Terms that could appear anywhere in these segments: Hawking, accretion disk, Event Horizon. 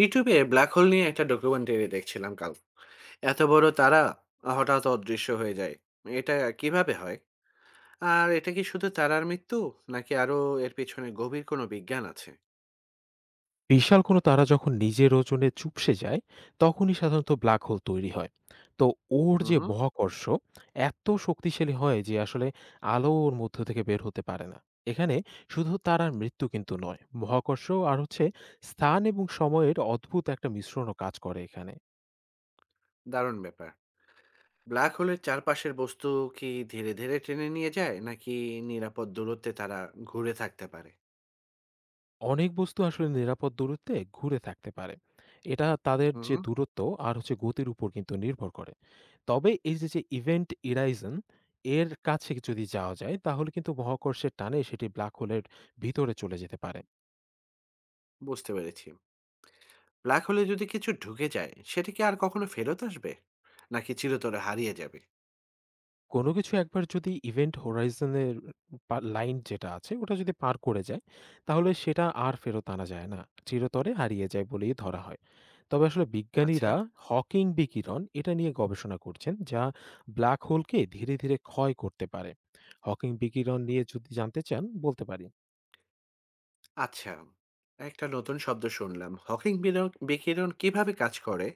ইউটিউবে black hole নিয়ে একটা ডকুমেন্টারি দেখছিলাম কাল। এত বড় তারা হঠাৎ অদৃশ্য হয়ে যায়। এটা কিভাবে হয়? আর এটা কি শুধু তারার মৃত্যু, নাকি আরো এর পেছনে গভীর কোনো বিজ্ঞান আছে? বিশাল কোনো তারা যখন নিজের ওজনে চুপসে যায় তখনই সাধারণত ব্ল্যাক হোল তৈরি হয়। তো ওর যে হুম। মহাকর্ষ এত শক্তিশালী হয় যে আসলে আলো ওর মধ্য থেকে বের হতে পারে না। এখানে শুধু তারার মৃত্যু কিন্তু নয়, মহাকর্ষ আর হচ্ছে স্থান এবং সময়ের অদ্ভুত একটা মিশ্রণও কাজ করে এখানে। দারুণ ব্যাপার। ব্ল্যাক হোলের চারপাশের বস্তু কি ধীরে ধীরে টেনে নিয়ে যায়, নাকি নিরাপদ দূরত্বে তারা ঘুরে থাকতে পারে? অনেক বস্তু আসলে নিরাপদ দূরত্বে ঘুরে থাকতে পারে। এটা তাদের হুম। যে দূরত্ব আর হচ্ছে গতির উপর কিন্তু নির্ভর করে। তবে এই যে ইভেন্ট ইরাইজন এর কাছে যদি যাওয়া যায় তাহলে কিন্তু মহাকর্ষের টানে সেটি ব্ল্যাক হোলের ভিতরে চলে যেতে পারে। বুঝতে পেরেছি। ব্ল্যাক হোলে যদি কিছু ঢুকে যায় সেটা কি আর কখনো ফেরত আসবে, নাকি চিরতরে হারিয়ে যাবে? কোনো কিছু একবার যদি ইভেন্ট হোরাইজন এর পা লাইন যেটা আছে ওটা যদি পার করে যায়, তাহলে সেটা আর ফেরত আনা যায় না। চিরতরে হারিয়ে যায় বলেই ধরা হয়। তবে আসলে আচ্ছা। বিজ্ঞানীরা হকিং বিকিরণ এটা নিয়ে গবেষণা করছেন যা ব্ল্যাক হোলকে ধীরে ধীরে ক্ষয় করতে পারে। হকিং বিকিরণ নিয়ে যদি জানতে চান বলতে পারি। আচ্ছা, একটা নতুন শব্দ শুনলাম। হকিং বিরন বিকিরণ কিভাবে কাজ করে?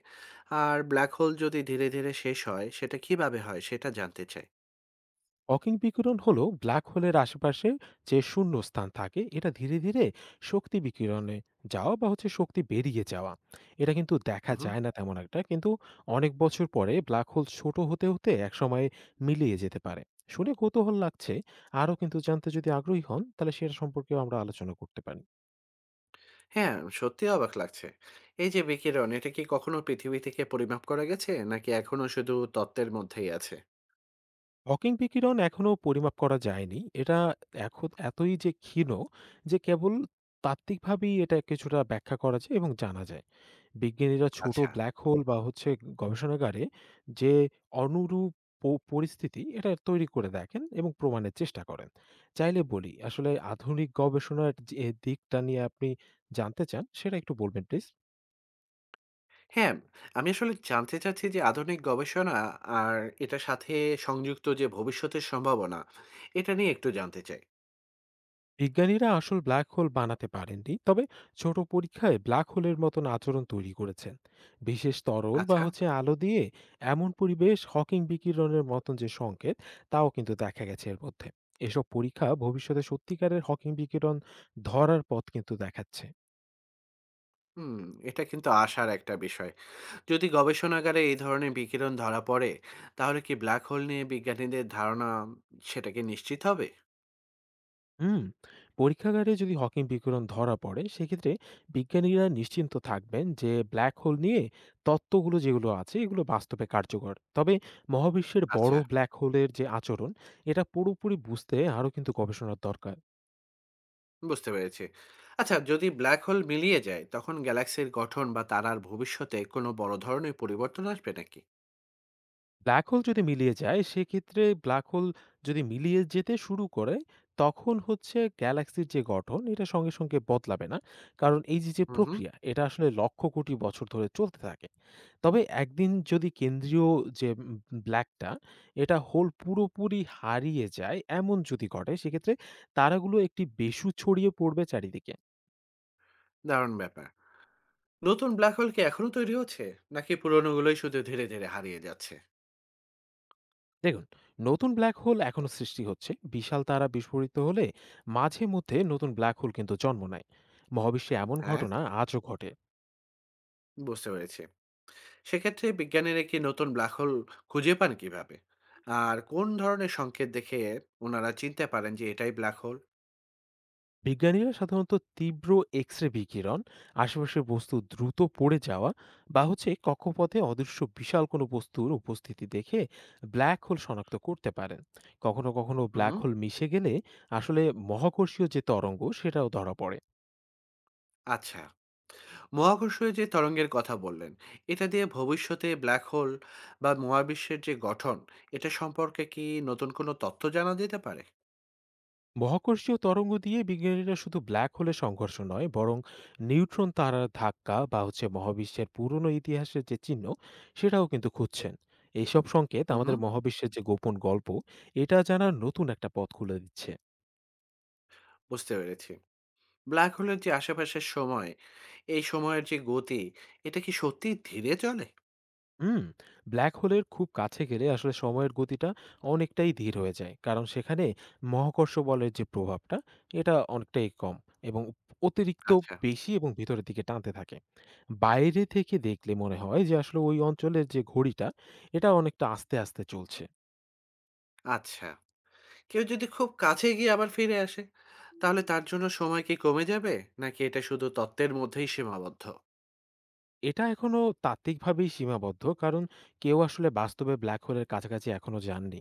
আর ব্ল্যাক হোল যদি ধীরে ধীরে শেষ হয়, সেটা কিভাবে হয় সেটা জানতে চাই। হকিং বিকিরণ হলো ব্ল্যাক হোলের আশেপাশে যে শূন্য স্থান থাকে এটা ধীরে ধীরে শক্তি বিকিরণে যাওয়া বা হচ্ছে শক্তি বেরিয়ে যাওয়া। এটা কিন্তু দেখা উহু। যায় না তেমন একটা, কিন্তু অনেক বছর পরে ব্ল্যাক হোল ছোট হতে হতে একসময় মিলিয়ে যেতে পারে। শুনে কৌতূহল লাগছে। আরও কিন্তু জানতে যদি আগ্রহী হন তাহলে সেটা সম্পর্কেও আমরা আলোচনা করতে পারি। হ্যাঁ, সত্যিই অবাক লাগছে। এই যে বিকিরণ, এটা কি কখনো পৃথিবী থেকে পরিমাপ করা গেছে? নাকি এখনো শুধু তত্ত্বের মধ্যেই আছে? হকিং বিকিরণ এখনো পরিমাপ করা যায়নি। এটা এখন এতই যে ক্ষীণ যে কেবল তাত্ত্বিকভাবেই এটা কিছুটা ব্যাখ্যা করা যায় এবং জানা যায়। বিজ্ঞানীরা ছোট আচ্ছা। ব্ল্যাক হোল বা হচ্ছে গবেষণাগারে যে অনুরূপ পরিস্থিতি এটা তৈরি করে দেখেন এবং প্রমাণের চেষ্টা করেন। চাইলে বলি, আসলে আধুনিক গবেষণার যে দিকটা নিয়ে আপনি জানতে চান সেটা একটু বলবেন প্লিজ। হ্যাঁ, আমি আসলে জানতে চাচ্ছি যে আধুনিক গবেষণা আর এটার সাথে সংযুক্ত যে ভবিষ্যতের সম্ভাবনা, এটা নিয়ে একটু জানতে চাই। বিজ্ঞানীরা আসল ব্ল্যাক হোল বানাতে পারেননি, তবে ছোট পরীক্ষায় ব্ল্যাক হোলের মতন আচরণ তৈরি করেছেন বিশেষ তরল বা আচ্ছা। হচ্ছে আলো দিয়ে। এমন পরিবেশ হকিং বিকিরণের মতন যে সংকেত তাও কিন্তু দেখা গেছে এর মধ্যে। এসব পরীক্ষা ভবিষ্যতে সত্যিকারের হকিং বিকিরণ ধরার পথ কিন্তু দেখাচ্ছে। হুম, এটা কিন্তু আশার একটা বিষয়। যদি গবেষণাগারে এই ধরনের বিকিরণ ধরা পড়ে, তাহলে কি ব্ল্যাক হোল নিয়ে বিজ্ঞানীদের ধারণা সেটা কি নিশ্চিত হবে? হুম। পরীক্ষাগারে যদি হকিং বিকিরণ ধরা পড়ে সেক্ষেত্রে বিজ্ঞানীরা নিশ্চিন্ত থাকবেন যে ব্ল্যাক হোল নিয়ে তত্ত্বগুলো যেগুলো আছে এগুলো বাস্তবে কার্যকর। তবে মহাবিশ্বের বড় আচ্ছা। ব্ল্যাক হোলের যে আচরণ এটা পুরোপুরি বুঝতে আরও কিন্তু গবেষণার দরকার। বুঝতে পেরেছি। আচ্ছা, যদি ব্ল্যাক হোল মিলিয়ে যায় তখন গ্যালাক্সির গঠন বা তারার ভবিষ্যতে কোনো বড় ধরনের পরিবর্তন আসবে নাকি? ব্ল্যাক হোল যদি মিলিয়ে যায় সেক্ষেত্রে ব্ল্যাক হোল যদি মিলিয়ে যেতে শুরু করে তখন হচ্ছে গ্যালাক্সির যে গঠন এটা সঙ্গে সঙ্গে বদলাবে না, কারণ এই যে যে হুম হুম। প্রক্রিয়া এটা আসলে লক্ষ কোটি বছর ধরে চলতে থাকে। তবে একদিন যদি কেন্দ্রীয় যে ব্ল্যাকটা এটা হোল পুরোপুরি হারিয়ে যায়, এমন যদি ঘটে সেক্ষেত্রে তারাগুলো একটি বেসু ছড়িয়ে পড়বে চারিদিকে। দারুণ ব্যাপার। নতুন ব্ল্যাক হোল কি এখনো তৈরি হচ্ছে, নাকি পুরনোগুলোই শুধু ধীরে ধীরে হারিয়ে যাচ্ছে? দেখুন, নতুন ব্ল্যাক হোল এখনো সৃষ্টি হচ্ছে। বিশাল তারা বিস্ফোরিত হলে মাঝে মধ্যে নতুন ব্ল্যাক হোল কিন্তু জন্ম নেয়। মহাবিশ্বে এমন হ্যাঁ। ঘটনা আজও ঘটে। বুঝতে পেরেছি। সেক্ষেত্রে বিজ্ঞানীরা কি নতুন ব্ল্যাক হোল খুঁজে পান কিভাবে? আর কোন ধরনের সংকেত দেখে ওনারা চিনতে পারেন যে এটাই ব্ল্যাক হোল? বিজ্ঞানীরা সাধারণত তীব্র এক্স রে বিকিরণ, আশেপাশের বস্তু দ্রুত পড়ে যাওয়া, বা হচ্ছে কক্ষপথে অদৃশ্য বিশাল কোনো বস্তুর উপস্থিতি দেখে ব্ল্যাক হোল শনাক্ত করতে পারেন। কখনো কখনো হুম। ব্ল্যাক হোল মিশে গেলে আসলে মহাকর্ষীয় যে তরঙ্গ সেটাও ধরা পড়ে। আচ্ছা, মহাকর্ষীয় যে তরঙ্গের কথা বললেন, এটা দিয়ে ভবিষ্যতে ব্ল্যাক হোল বা মহাবিশ্বের যে গঠন, এটা সম্পর্কে কি নতুন কোনো তথ্য জানা যেতে পারে? মহাকর্ষীয় তরঙ্গ দিয়ে বিজ্ঞানীরা শুধু ব্ল্যাক হোলের সংঘর্ষ নয় বরং নিউট্রন তারার ধাক্কা বা হচ্ছে মহাবিশ্বের পুরনো ইতিহাসের যে চিহ্ন সেটাও কিন্তু খুঁজছেন। এইসব সংকেত হুম। আমাদের মহাবিশ্বের যে গোপন গল্প এটা জানার নতুন একটা পথ খুলে দিচ্ছে। বুঝতে পেরেছি। ব্ল্যাক হোলের যে আশেপাশের সময়, এই সময়ের যে গতি, এটা কি সত্যি ধীরে চলে? হুম। ব্ল্যাক হোলের খুব কাছে গেলে আসলে সময়ের গতিটা অনেকটাই ধীর হয়ে যায়, কারণ সেখানে মহাকর্ষ বলের যে প্রভাবটা এটা অনেকটাই কম এবং অতিরিক্ত আচ্ছা। বেশি এবং ভিতরের দিকে টানতে থাকে। বাইরে থেকে দেখলে মনে হয় যে আসলে ওই অঞ্চলের যে ঘড়িটা এটা অনেকটা আস্তে আস্তে চলছে। আচ্ছা, কেউ যদি খুব কাছে গিয়ে আবার ফিরে আসে, তাহলে তার জন্য সময় কি কমে যাবে? নাকি এটা শুধু তত্ত্বের মধ্যেই সীমাবদ্ধ? এটা এখনো তাত্ত্বিকভাবেই সীমাবদ্ধ, কারণ কেউ আসলে বাস্তবে ব্ল্যাক হোলের কাছাকাছি এখনো যাননি।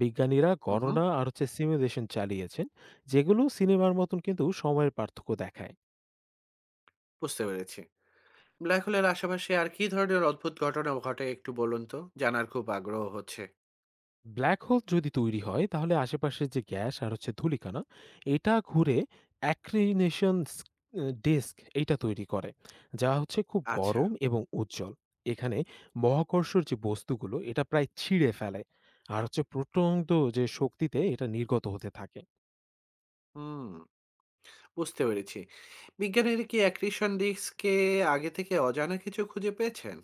বিজ্ঞানীরা উহু, গণনা আর হচ্ছে সিমুলেশন চালিয়েছেন যেগুলো সিনেমার মতন কিন্তু সময়ের পার্থক্য দেখায়। বুঝতে পেরেছি। ব্ল্যাক হোলের আশেপাশে আর কি ধরনের অদ্ভুত ঘটনা ঘটে একটু বলুন তো? জানার খুব আগ্রহ হচ্ছে। ব্ল্যাক হোল যদি তৈরি হয় তাহলে আশেপাশের যে গ্যাস আর হচ্ছে ধূলিকণা এটা ঘুরে অ্যাক্রিনেশন ডিস্ক এটা তৈরি করে, যা হচ্ছে খুব আচ্ছা। গরম এবং উজ্জ্বল। এখানে মহাকর্ষর যে বস্তুগুলো এটা প্রায় ছিঁড়ে ফেলে আর হচ্ছে প্রচণ্ড যে শক্তিতে এটা নির্গত হতে থাকে। হুম, বুঝতে পেরেছি। বিজ্ঞানীরা কি অ্যাক্রিশন ডিস্ক কে আগে থেকে অজানা কিছু খুঁজে পেয়েছেন?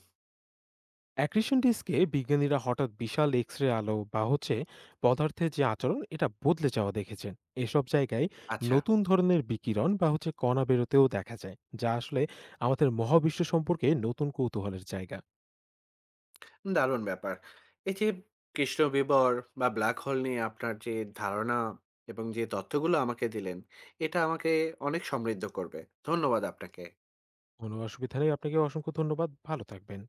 অ্যাক্রিশন ডিস্কে বিজ্ঞানীরা হঠাৎ বিশাল এক্স রে আলো বা হচ্ছে পদার্থের যে আচরণ এটা বদলে যাওয়া দেখেছেন এসব জায়গায়। আচ্ছা। নতুন ধরনের বিকিরণ বা হচ্ছে কণা বেরোতেও দেখা যায়, যা আসলে আমাদের মহাবিশ্ব সম্পর্কে নতুন কৌতূহলের জায়গা। দারুণ ব্যাপার। এই যে কৃষ্ণ বিবর বা ব্ল্যাক হোল নিয়ে আপনার যে ধারণা এবং যে তথ্যগুলো আমাকে দিলেন, এটা আমাকে অনেক সমৃদ্ধ করবে। ধন্যবাদ আপনাকে। কোনো অসুবিধা নেই, আপনাকে অসংখ্য ধন্যবাদ, ভালো থাকবেন।